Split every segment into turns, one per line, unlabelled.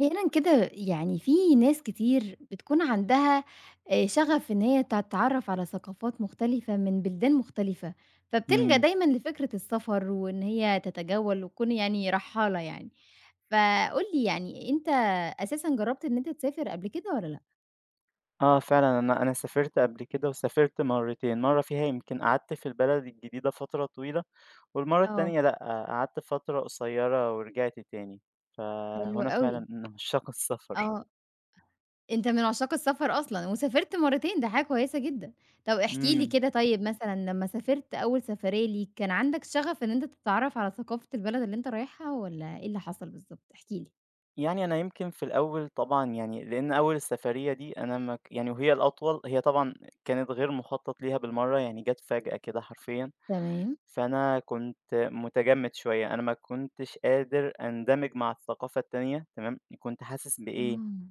أخيرًا كده يعني في ناس كتير بتكون عندها شغف إن هي تتعرّف على ثقافات مختلفة من بلدان مختلفة، فبتلجأ
إمم.
دايمًا لفكرة السفر وإن هي تتجول وتكون يعني رحّالة يعني، فقُل لي يعني أنت أساسًا جرّبت إن أنت تسافر قبل كده والّا لأ؟
آه فعلًا، أنا سافرت قبل كده وسافرت مرّتين، مرّة فيها يمكن قعدت في البلد الجديدة فترة طويلة، والمرّة
آه،
التانية لأ، قعدت فترة قصيّرة ورجعت تاني،
حلو
فهنا
أوي،
فعلًا من عشاق السفر.
آه. أنت من عشاق السفر أصلًا، وسافرت مرّتين ده حاجة كويسة جدًا. طب احكِ لي
إمم.
كده طيب مثلًا لمّا سافرت أول سفرية ليك، كان عندك شغف إن أنت تتعرّف على ثقافة البلد اللي أنت رايحها والّا إيه اللي حصل بالضبط؟ احكِ لي.
يعني أنا يمكن في الأول طبعًا يعني لإن أول السفرية دي أنا ما ك يعني وهي الأطول هي طبعًا كانت غير مُخطط ليها بالمرّة، يعني جات فجأة كده حرفيًا.
تمام،
فأنا كنت متجمد شوية، أنا ما كنتش قادر أندمج مع الثقافة التانية، تمام، كنت حاسس بإيه،
آه.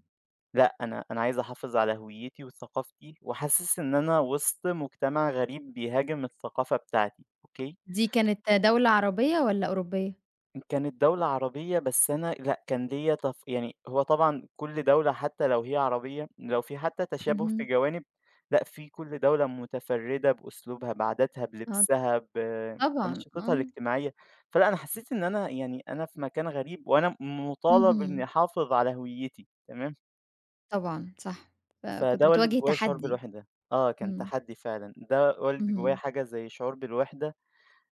لأ أنا عايز أحافظ على هويتي وثقافتي، وحاسس إن أنا وسط مجتمع غريب بيهاجم الثقافة بتاعتي، أوكي؟
دي كانت دولة عربية والّا أوروبية؟
كانت دولة عربية بس أنا لأ، كان ليّا يعني هو طبعًا كل دولة حتى لو هي عربية، لو في حتى تشابه في
اهم.
جوانب، لأ، في كل دولة متفردة بأسلوبها، بعاداتها،
آه
بلبسها،
طبعًا،
بأنشطتها
آه.
الاجتماعية، فلأ، أنا حسيت إن أنا يعني أنا في مكان غريب وأنا مطالب إني
اهم.
أحافظ على هويتي، تمام،
طبعًا صح. فكنت
فده ولِّد
بتواجه
جوايا شعور
تحدي.
بالوحدة. آه، كان
إمم.
تحدي فعلًا، ده ولِّد جوايا
اهم.
حاجة زي شعور بالوحدة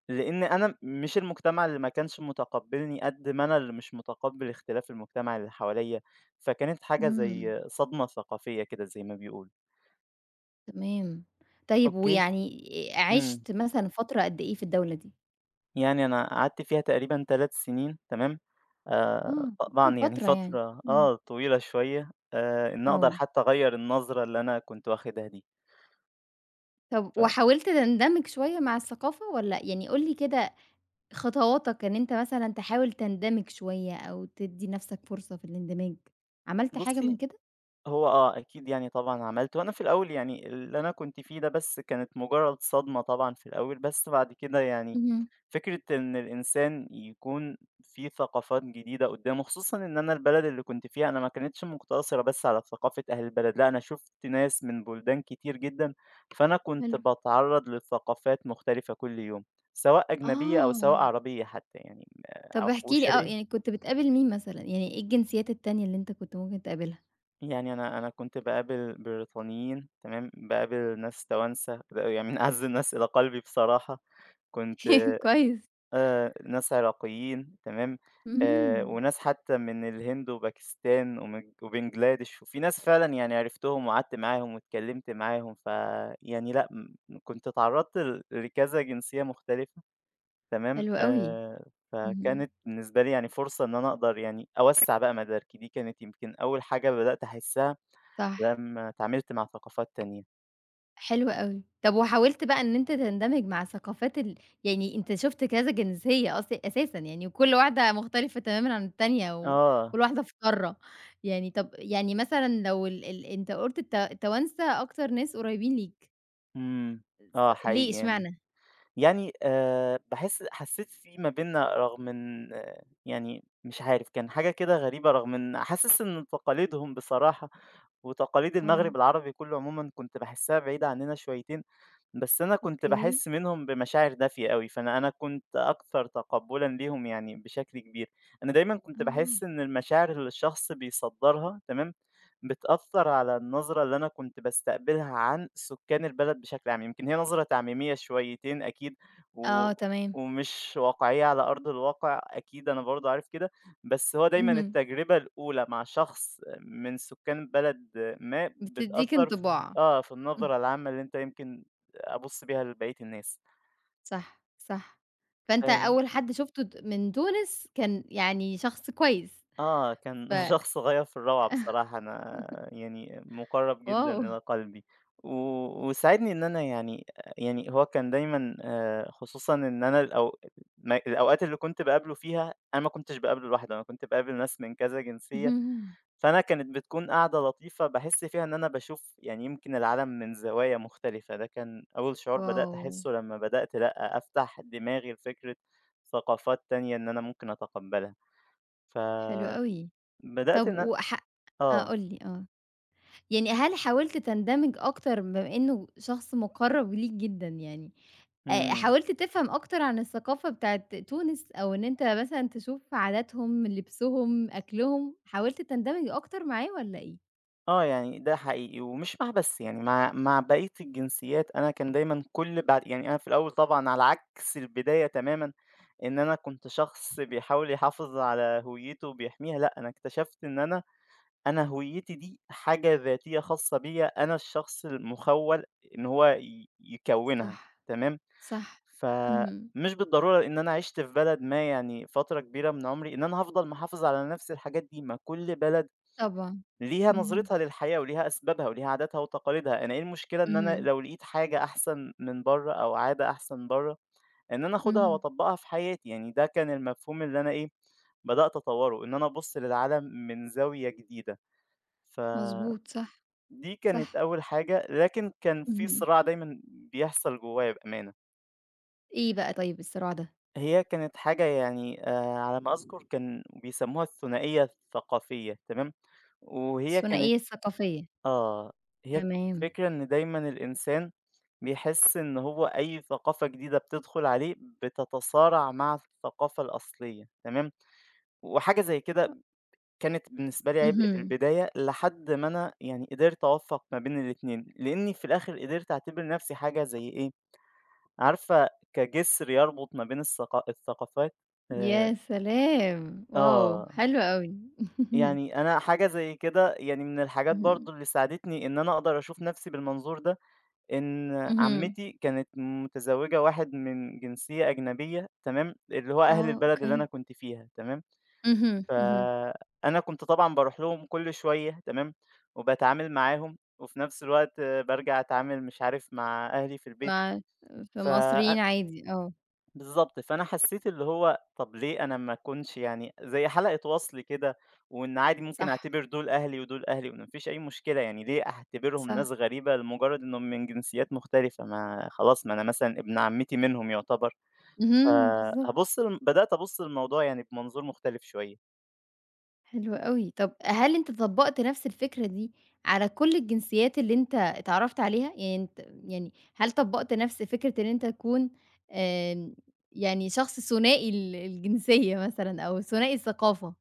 لإن أنا مش المجتمع اللي ما كانش متقبّلني قد ما أنا اللي مش متقبّل اختلاف المجتمع اللي حواليّا، فكانت حاجة
إمم.
زي صدمة ثقافية كده زي ما بيقولوا.
تمام. طيب
أوكي.
ويعني
إمم.
عِشت مثلًا فترة قد إيه في الدولة دي؟
يعني أنا قعدت فيها تقريبًا 3 سنين تمام،
آه، في
طبعًا يعني
فترة يعني،
فترة
إمم.
طويلة شوية إن أقدر
آه،
حتّى أغيّر النظرة اللي أنا كنت واخدها دي.
طب وحاولت تندمج شوية مع الثقافة والّا يعني قُل لي كده خطواتك إن أنت مثلًا تحاول تندمج شوية أو تدّي نَفْسك فرصة في الاندماج، عملت حاجة من
فبُصّي،
كده؟
هو آه، أكيد يعني طبعًا عملت وأنا في الأول يعني اللي أنا كنت فيه ده بس كانت مجرّد صدمة طبعًا في الأول، بس بعد كده يعني
اهم،
فكرة إن الإنسان يكون في ثقافات جديدة قدامه، خصوصًا إن أنا البلد اللي كنت فيها أنا ما كانتش مقتصرة بس على ثقافة أهل البلد، لأ أنا شُفت ناس من بلدان كتير جدًا، فأنا كنت
حلو.
باتعرّض لثقافات مختلفة كل يوم، سواء أجنبية أو سواء
آه،
عربية حتى يعني م
طب
أو
احكِ لي آه، يعني
شرقية.
كنت بتقابل مين مثلًا، يعني إيه الجنسيات التانية اللي أنت كنت ممكن تقابلها؟
يعني أنا كنت باقابل بريطانيين تمام، باقابل ناس توانسة، يعني من أعز الناس إلى قلبي بصراحة، كنت
كويس.
آآ ناس عراقيين تمام،
إمم.
وناس حتى من الهند وباكستان وبنجلاديش، وفي ناس فعلًا يعني عرفتهم وقعدت معاهم واتكلمت معاهم، فيعني لأ كنت اتعرّضت لكذا جنسية مختلفة تمام،
حلو أوي. اهم.
فكانت بالنسبة لي يعني فرصة إن أنا أقدر يعني أوسّع بقى مداركي، دي كانت يمكن أول حاجة بدأت أحسّها
صح.
لمّا اتعاملت مع ثقافات تانية.
حلو أوي. طب وحاولت بقى إن أنت تندمج مع ثقافات ال يعني أنت شُفت كذا جنسية أساسًا يعني وكل واحدة مختلفة تمامًا عن التانية
آه،
وكل واحدة في قارة. يعني طب يعني مثلًا لو ال ال أنت قُلت التوانسة أكتر ناس قريبين ليك،
إمم، آه
ليه
حقيقي يعني.
إشمعنى؟
يعني باحس حسّيت في ما بيننا رغم إن آه، يعني مش عارف، كان حاجة كده غريبة رغم إن حاسس إن تقاليدهم بصراحة وتقاليد
آه،
المغرب العربي كُلّه عمومًا كنت باحسّها بعيدة عنّنا شويتين، بس أنا كنت
أوكي.
باحس منهم بمشاعر دافية أوي، فأنا كنت أكثر تقبُّلًا ليهم يعني بشكل كبير. أنا دايمًا كنت
آه.
باحس إن المشاعر اللي الشخص بيصدّرها تمام، بتأثّر على النظرة اللي أنا كنت باستقبلها عن سُكّان البلد بشكل عام، يمكن هي نظرة تعميمية شويتين أكيد و
آه تمام.
ومش واقعية على أرض الواقع أكيد، أنا برضه عارف كده، بس هو دايمًا
اهم.
التجربة الأولى مع شخص من سُكّان بلد ما
بتدّيك
بتأثّر ف
انطباع.
آه، في
اهم.
النظرة العامة اللي أنت يمكن أبُص بيها لبقية الناس.
صح، صح. فأنت
آآ
أول حد شُفته من تونس كان يعني شخص كويس
آه، كان
ف
شخص غاية في الروعة بصراحة، أنا يعني مُقرّب جدًا
واو!
إلى قلبي، و وساعدني إن أنا يعني يعني هو كان دايمًا خصوصًا إن أنا الأو ما الأوقات اللي كنت باقابله فيها، أنا ما كنتش باقابله لوحده، أنا كنت باقابل ناس من كذا جنسية.
اهم،
فأنا كانت بتكون قعدة لطيفة باحس فيها إن أنا باشوف يعني يمكن العالم من زوايا مختلفة، ده كان أول شعور بدأت
واو!
أحسه لمّا بدأت لأ، أفتح دماغي لفكرة ثقافات تانية إن أنا ممكن أتقبّلها،
حلو
فبدأت
أوي.
إن
طب
أنا
وح آه،
آه،
قُل لي، آه. يعني هل حاولت تندمج أكتر بما إنه شخص مُقرّب ليك جدًا يعني،
إمم،
حاولت تفهم أكتر عن الثقافة بتاعة تونس أو إن أنت مثلًا تشوف عاداتهم، لبسهم، أكلهم، حاولت تندمج أكتر معاه والّا إيه؟
آه يعني ده حقيقي، ومش مع بس يعني مع بقية الجنسيات، أنا كان دايمًا كل بعد يعني أنا في الأول طبعًا على عكس البداية تمامًا، إن أنا كنت شخص بيحاول يحافظ على هويته وبيحميها، لأ، أنا اكتشفت إن أنا هويتي دي حاجة ذاتية خاصة بيّا، أنا الشخص المُخوّل إن هو يكوّنها
صح،
تمام،
صح. اهم،
فمش بالضرورة إن أنا عِشت في بلد ما يعني فترة كبيرة من عُمري إن أنا هافضل محافظ على نَفْس الحاجات دي، ما كل بلد
طبعًا.
ليها
اهم،
نظرتها للحياة وليها أسبابها وليها عاداتها وتقاليدها، أنا إيه المشكلة إن أنا
اهم،
لو لقيت حاجة أحسن من برّه أو عادة أحسن برّه إن أنا آخُدها
اهم.
وأطبّقها في حياتي، يعني ده كان المفهوم اللي أنا إيه، بدأت أطوّره، إن أنا أبُص للعالم من زاوية جديدة ف
مضبوط، صح،
دي كانت
صح.
أول حاجة، لكن كان في
اهم.
صراع دايمًا بيحصل جوايا بأمانة.
إيه بقى طيب الصراع ده؟
هي كانت حاجة يعني على ما أذكر كان بيسموها الثنائية الثقافية تمام؟ وهي
الثنائية
كانت
الثقافية.
آه، هي
تمام.
الفكرة إن دايمًا الإنسان بيحس إن هو أي ثقافة جديدة بتدخل عليه بتتصارع مع الثقافة الأصلية تمام؟ وحاجة زي كده كانت بالنسبة لي عبء في
اهم.
البداية، لحد ما أنا يعني قدرت أوفّق ما بين الاتنين، لإني في الآخر قدرت أعتبر نفسي حاجة زي إيه عارفة كجسر يربط ما بين الثقافات آآ
يا سلام! واو!
آه،
حلو أوي.
يعني أنا حاجة زي كده يعني من الحاجات
اهم.
برضه اللي ساعدتني إن أنا أقدر أشوف نفسي بالمنظور ده، إن
اهم.
عمتي كانت متزوجة واحد من جنسية أجنبية تمام، اللي هو أهل
آه،
البلد اللي
أوكي.
أنا كنت فيها تمام،
اهم، اهم.
فأنا كنت طبعًا باروح لهم كل شوية تمام، وباتعامل معاهم، وفي نفس الوقت بارجع أتعامل مش عارف مع أهلي في البيت،
مع في
ف
مصريين عادي، آه.
بالضبط، فأنا حسّيت اللي هو طَب ليه أنا ما أكونش يعني زي حلقة وصل كده، وإن عادي ممكن
صح،
أعتبر دول أهلي ودول أهلي وما فيش أي مشكلة، يعني ليه أعتبرهم
صح.
ناس غريبة لمجرّد إنهم من جنسيات مختلفة، ما خلاص ما أنا مثلًا ابن عمّتي منهم يُعتبر،
اهم، بالضبط.
فهابُص ل بدأت أبُص للموضوع يعني بمنظور مختلف شوية.
حلو أوي. طب هل أنت طبّقت نفس الفكرة دي على كل الجنسيات اللي أنت اتعرّفت عليها؟ يعني أنت يعني هل طبّقت نفس فكرة إن أنت تكون آمم، يعني شخص ثنائي الجنسية مثلًا أو ثنائي الثقافة،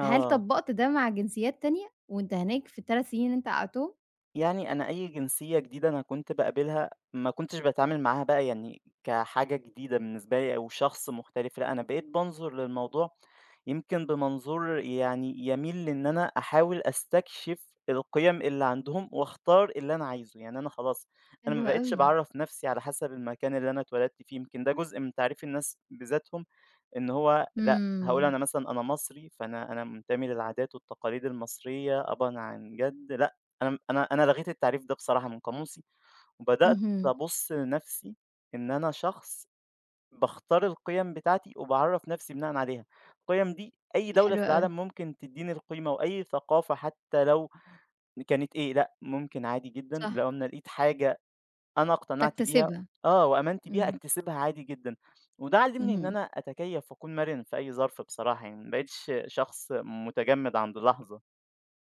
هل طبّقت ده مع جنسيات تانية وأنت هناك في ال3 سنين اللي أنت قعدتهم؟
يعني أنا أي جنسية جديدة أنا كنت باقابلها ما كنتش باتعامل معاها بقى يعني كحاجة جديدة بالنسبة لي أو شخص مختلف، لأ أنا بقيت بانظر للموضوع يمكن بمنظور يعني يميل لإن أنا أحاول أستكشف القيم اللي عندهم وأختار اللي أنا عايزه، يعني أنا خلاص أنا
حلو
ما بقيتش
أوي.
باعرّف نَفْسي على حسب المكان اللي أنا اتولدت فيه، يمكن ده جزء من تعريف الناس بذاتهم إن هو لأ، هاقول
إمم،
أنا مثلًا أنا مصري، فأنا منتمي للعادات والتقاليد المصرية أبًا عن جَد، لأ، أنا لغيت التعريف ده بصراحة من قاموسي، وبدأت
اهم،
أبُص لنَفْسي إن أنا شخص باختار القيم بتاعتي وباعرّف نَفْسي بناءً عليها. القيم دي أي دولة
حلو
في
أوي،
العالم ممكن تدّيني القيمة وأي ثقافة حتى لو كانت إيه، لأ، ممكن عادي جدًا
صح،
لو أنا لقيت حاجة أنا اقتنعت بيها
تكتسبها.
آه، وآمنت بيها
إمم،
أكتسبها عادي جدًا. وده علّمني إن
اهم.
أنا أتكيّف وأكون مرِن في أي ظرف بصراحة يعني، ما بقيتش شخص متجمِّد عند لحظة.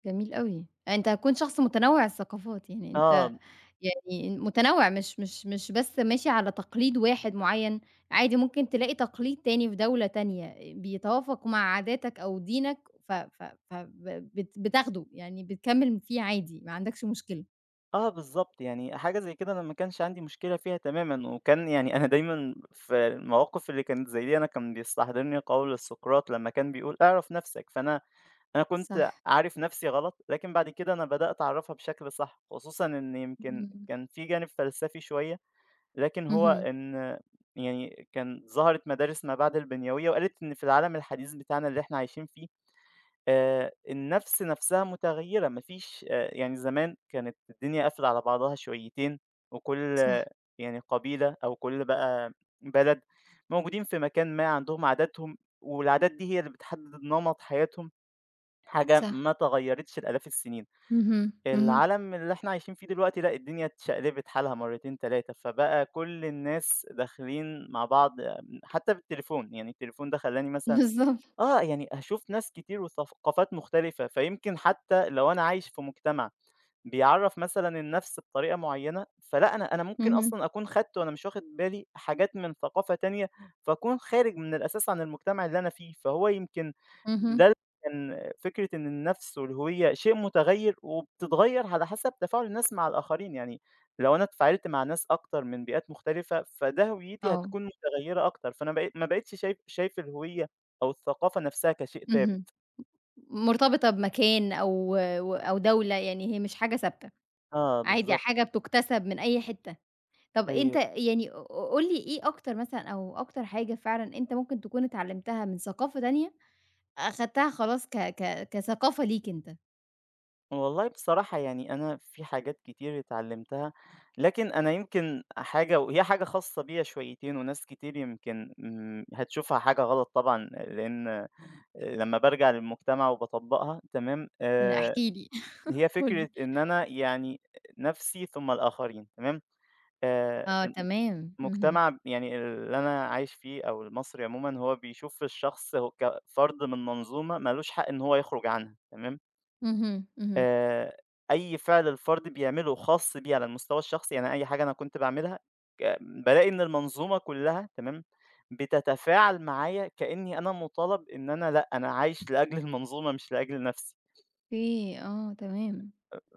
جميل أوي. أنت هتكون شخص متنوّع الثقافات، يعني أنت
آه.
يعني متنوّع مش بس ماشي على تقليد واحد معيّن، عادي ممكن تلاقي تقليد تاني في دولة تانية بيتوافق مع عاداتك أو دينك ف ف فب بت بتاخده، يعني بتكمّل فيه عادي ما عندكش مشكلة.
آه بالضبط، يعني حاجة زي كده أنا ما كانش عندي مشكلة فيها تمامًا، وكان يعني أنا دايمًا في المواقف اللي كانت زي دي أنا كان بيستحضرني قول سقراط لمّا كان بيقول اعرف نفسك، فأنا كنت
صح.
عارف نفسي غلط، لكن بعد كده أنا بدأت أعرفها بشكل صح، خصوصًا إن يمكن
إمم.
كان في جانب فلسفي شوية، لكن هو
اهم.
إن يعني كان ظهرت مدارس ما بعد البنيوية وقالت إن في العالم الحديث بتاعنا اللي إحنا عايشين فيه النَفْس نَفْسها متغيّرة، ما فيش يعني زمان كانت الدنيا قافلة على بعضها شويتين، وكل
صح،
آه، يعني قبيلة أو كل بقى بلد موجودين في مكان ما عندهم عاداتهم، والعادات دي هي اللي بتحدد نمط حياتهم، حاجة
صح.
ما اتغيّرتش لآلاف السنين.
اهم، اهم.
العالم اللي إحنا عايشين فيه دلوقتي لأ، الدنيا اتشقلبت حالها مرّتين، 3 فبقى كل الناس داخلين مع بعض آه، حتى بالتليفون، يعني التليفون ده خلّاني مثلًا
بالضبط.
آه، يعني هاشوف ناس كتير وثقافات مختلفة، فيمكن حتى لو أنا عايش في مجتمع بيعرّف مثلًا النَفْس بطريقة معيّنة، فلأ أنا ممكن
اهم،
أصلًا أكون خدت وأنا مش واخد بالي حاجات من ثقافة تانية، فأكون خارج من الأساس عن المجتمع اللي أنا فيه، فهو يمكن ده
اهم.
اللي كان فكرة إن النَفْس والهوية شيء متغيّر وبتتغيّر على حسب تفاعل الناس مع الآخرين، يعني لو أنا اتفاعلت مع ناس أكتر من بيئات مختلفة، فده هويتي
آه.
هتكون متغيّرة أكتر، فأنا بقيت ما بقيتش شايف الهوية أو الثقافة نَفْسها كشيء
اهم.
ثابت.
مرتبطة بمكان أو و أو دولة، يعني هي مش حاجة ثابتة.
آه
عادي
بالضبط،
حاجة بتُكتسب من أي حتّة. طَب أنت
أيوه.
يعني قُل لي إيه أكتر مثلًا أو أكتر حاجة فعلًا أنت ممكن تكون اتعلّمتها من ثقافة تانية، أخدتها خلاص ك ك كثقافة ليك أنت؟
والله بصراحة يعني أنا في حاجات كتير اتعلمتها، لكن أنا يمكن حاجة وهي حاجة خاصة بيّا شويتين وناس كتير يمكن هتشوفها حاجة غلط طبعًا لإن لمّا بارجع للمجتمع وباطبّقها تمام،
احكِ لي
هي
قُل لي.
فكرة إن أنا يعني نفسي ثم الآخرين تمام، آآ،
آه تمام. اهم.
المجتمع يعني اللي أنا عايش فيه أو المصري عمومًا هو بيشوف الشخص هو كفرد من منظومة ما لوش حق إن هو يخرج عنها تمام.
اهم، اهم.
آآ أي فعل الفرد بيعمله خاص بيه على المستوى الشخصي، يعني أي حاجة أنا كنت باعملها بالاقي إن المنظومة كلّها تمام، بتتفاعل معايا كإنّي أنا مطالب إن أنا لأ، أنا عايش لأجل المنظومة مش لأجل نَفْسي.
أوكي، آه تمام.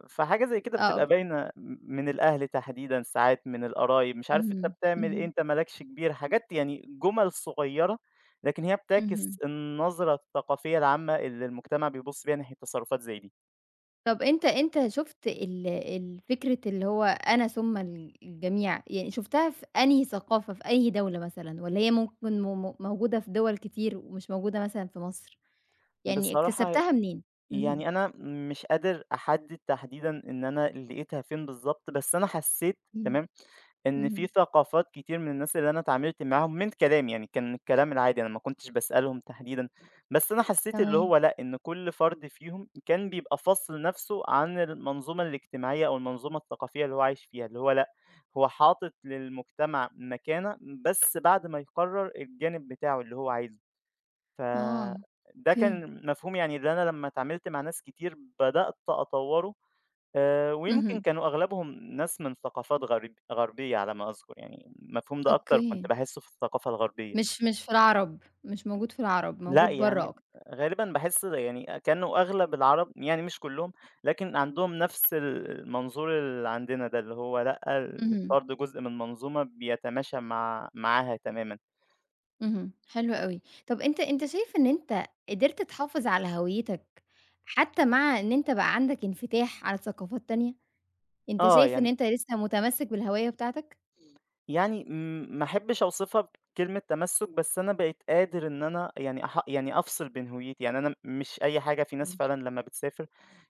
فحاجة زي كده
آه،
بتبقى باينة من الأهل تحديدًا ساعات، من القرايب، مش عارف أنت
اهم،
بتعمل إيه،
اهم،
أنت ما لكش كبير، حاجات يعني جُمَل صغيّرة، لكن هي
اهم.
بتعكس النظرة الثقافية العامة اللي المجتمع بيبُص بيها ناحية تصرفات زي دي.
طب أنت شُفت ال ال فكرة اللي هو أنا ثم ال الجميع، يعني شُفتها في أنهي ثقافة، في أي دولة مثلًا، والّا هي ممكن م م موجودة في دول كتير ومش موجودة مثلًا في مصر؟ يعني
بصراحة
اكتسبتها منين؟ اهم.
يعني أنا مش قادر أحدد تحديدًا إن أنا لقيتها فين بالضبط، بس أنا حسيت
إمم.
تمام، إن في
اهم.
ثقافات كتير من الناس اللي أنا اتعاملت معاهم من كلام يعني كان الكلام العادي أنا ما كنتش باسألهم تحديدًا، بس أنا حسيت اللي
تمام.
هو لأ، إن كل فرد فيهم كان بيبقى فاصل نفسه عن المنظومة الاجتماعية أو المنظومة الثقافية اللي هو عايش فيها، اللي هو لأ، هو حاطط للمجتمع مكانة بس بعد ما يقرر الجانب بتاعه اللي هو عايزه.
آه.
فده
أوكي.
كان مفهوم يعني اللي أنا لمّا اتعاملت مع ناس كتير بدأت أطوّره، ويمكن
اهم.
كانوا أغلبهم ناس من ثقافات غربية على ما أذكر، يعني المفهوم ده أكتر كنت
أوكي.
باحسه في الثقافة الغربية.
مش في العرب، مش موجود في العرب،
لأ
موجود برّه
يعني
أكتر.
غالبًا باحس يعني كانوا أغلب العرب يعني مش كلّهم، لكن عندهم نفس المنظور اللي عندنا ده، اللي هو لأ
اهم.
الفرد جزء من منظومة بيتماشى معاها تمامًا.
اهم، حلو أوي. طب أنت شايف إن أنت قدرت تحافظ على هويتك حتى مع إن أنت بقى عندك انفتاح على ثقافات تانية؟ أنت
آه
شايف إن
يعني
أنت لسه متمسك بالهوية بتاعتك؟
يعني ما أحبش أوصفها بكلمة تمسُّك، بس أنا بقيت قادر إن أنا يعني يعني أفصل بين هويتي، يعني أنا مش أي حاجة في ناس
إمم.
فعلًا لمّا بتسافر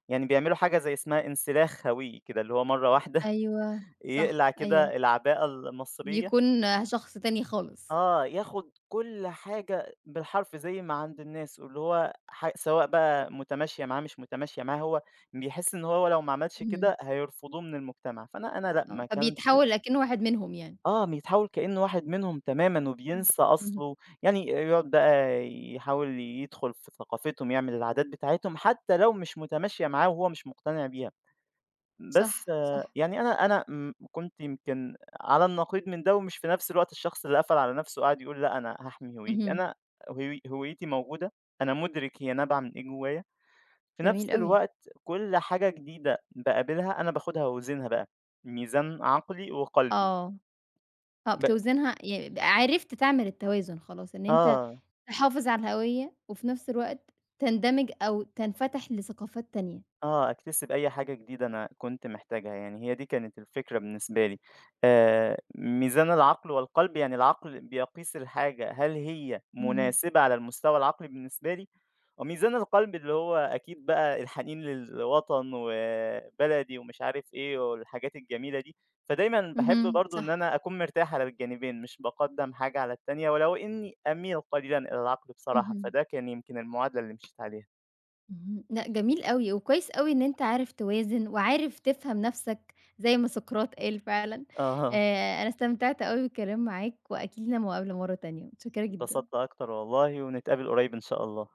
يعني بيعملوا حاجة زي اسمها انسلاخ هويّة كده، اللي هو مرّة واحدة
أيوه، صح،
يقلع
أيوه.
كده العباءة المصرية
بيكون آه، شخص تاني خالص.
آه، ياخد كل حاجة بالحرف زي ما عند الناس، واللي هو سواء بقى متماشية معاه مش متماشية معاه، هو بيحس إن هو لو ما عملش
اهم.
كده هيرفضوه من المجتمع، فأنا لأ
آه،
ما كانش
فبيتحول أكنه واحد منهم يعني.
آه، بيتحول كإنه واحد منهم تمامًا
إمم.
وبينسى
اهم،
أصله، يعني يقعد بقى يحاول يدخل في ثقافتهم، يعمل العادات بتاعتهم حتى لو مش متماشية معاه وهو مش مقتنع بيها. بس
صح،
آه،
صح.
يعني أنا كنت يمكن على النقيض من ده، ومش في نفس الوقت الشخص اللي قفل على نفسه وقعد يقول لأ أنا هاحمي هويتي،
اهم،
أنا هويتي موجودة، أنا مدرك هي نابعة من إيه جوايا، في
جميل
نفس
أوي.
الوقت كل حاجة جديدة باقابلها أنا باخدها وأوزنها بقى، ميزان عقلي وقلبي
آه، آه
ب
بتوزنها عرفت تعمل التوازن خلاص إن أنت
آه.
تحافظ على الهوية، وفي نفس الوقت تندمج أو تنفتح لثقافات تانية.
آه، أكتسب أي حاجة جديدة أنا كنت محتاجها، يعني هي دي كانت الفكرة بالنسبة لي. ميزان العقل والقلب، يعني العقل بيقيس الحاجة هل هي
اهم،
مناسبة على المستوى العقلي بالنسبة لي، وميزان القلب اللي هو أكيد بقى الحنين للوطن وبلدي ومش عارف إيه والحاجات الجميلة دي، فدايمًا باحب
اهم،
برضه
صح،
إن أنا أكون مرتاح على الجانبين، مش باقدّم حاجة على التانية، ولو إني أميل قليلًا إلى العقل بصراحة،
اهم.
فده كان يمكن المعادلة اللي مشيت عليها.
اهم، لأ جميل أوي، وكويس أوي إن أنت عارف توازن، وعارف تفهم نفسك زي ما سقراط قال فعلًا.
آه.
أنا استمتعت أوي بالكلام معاك، وأكيد لينا مقابلة مرة تانية، متشكرة جدًا.
اتبسطت أكتر والله، ونتقابل قريب إن شاء الله.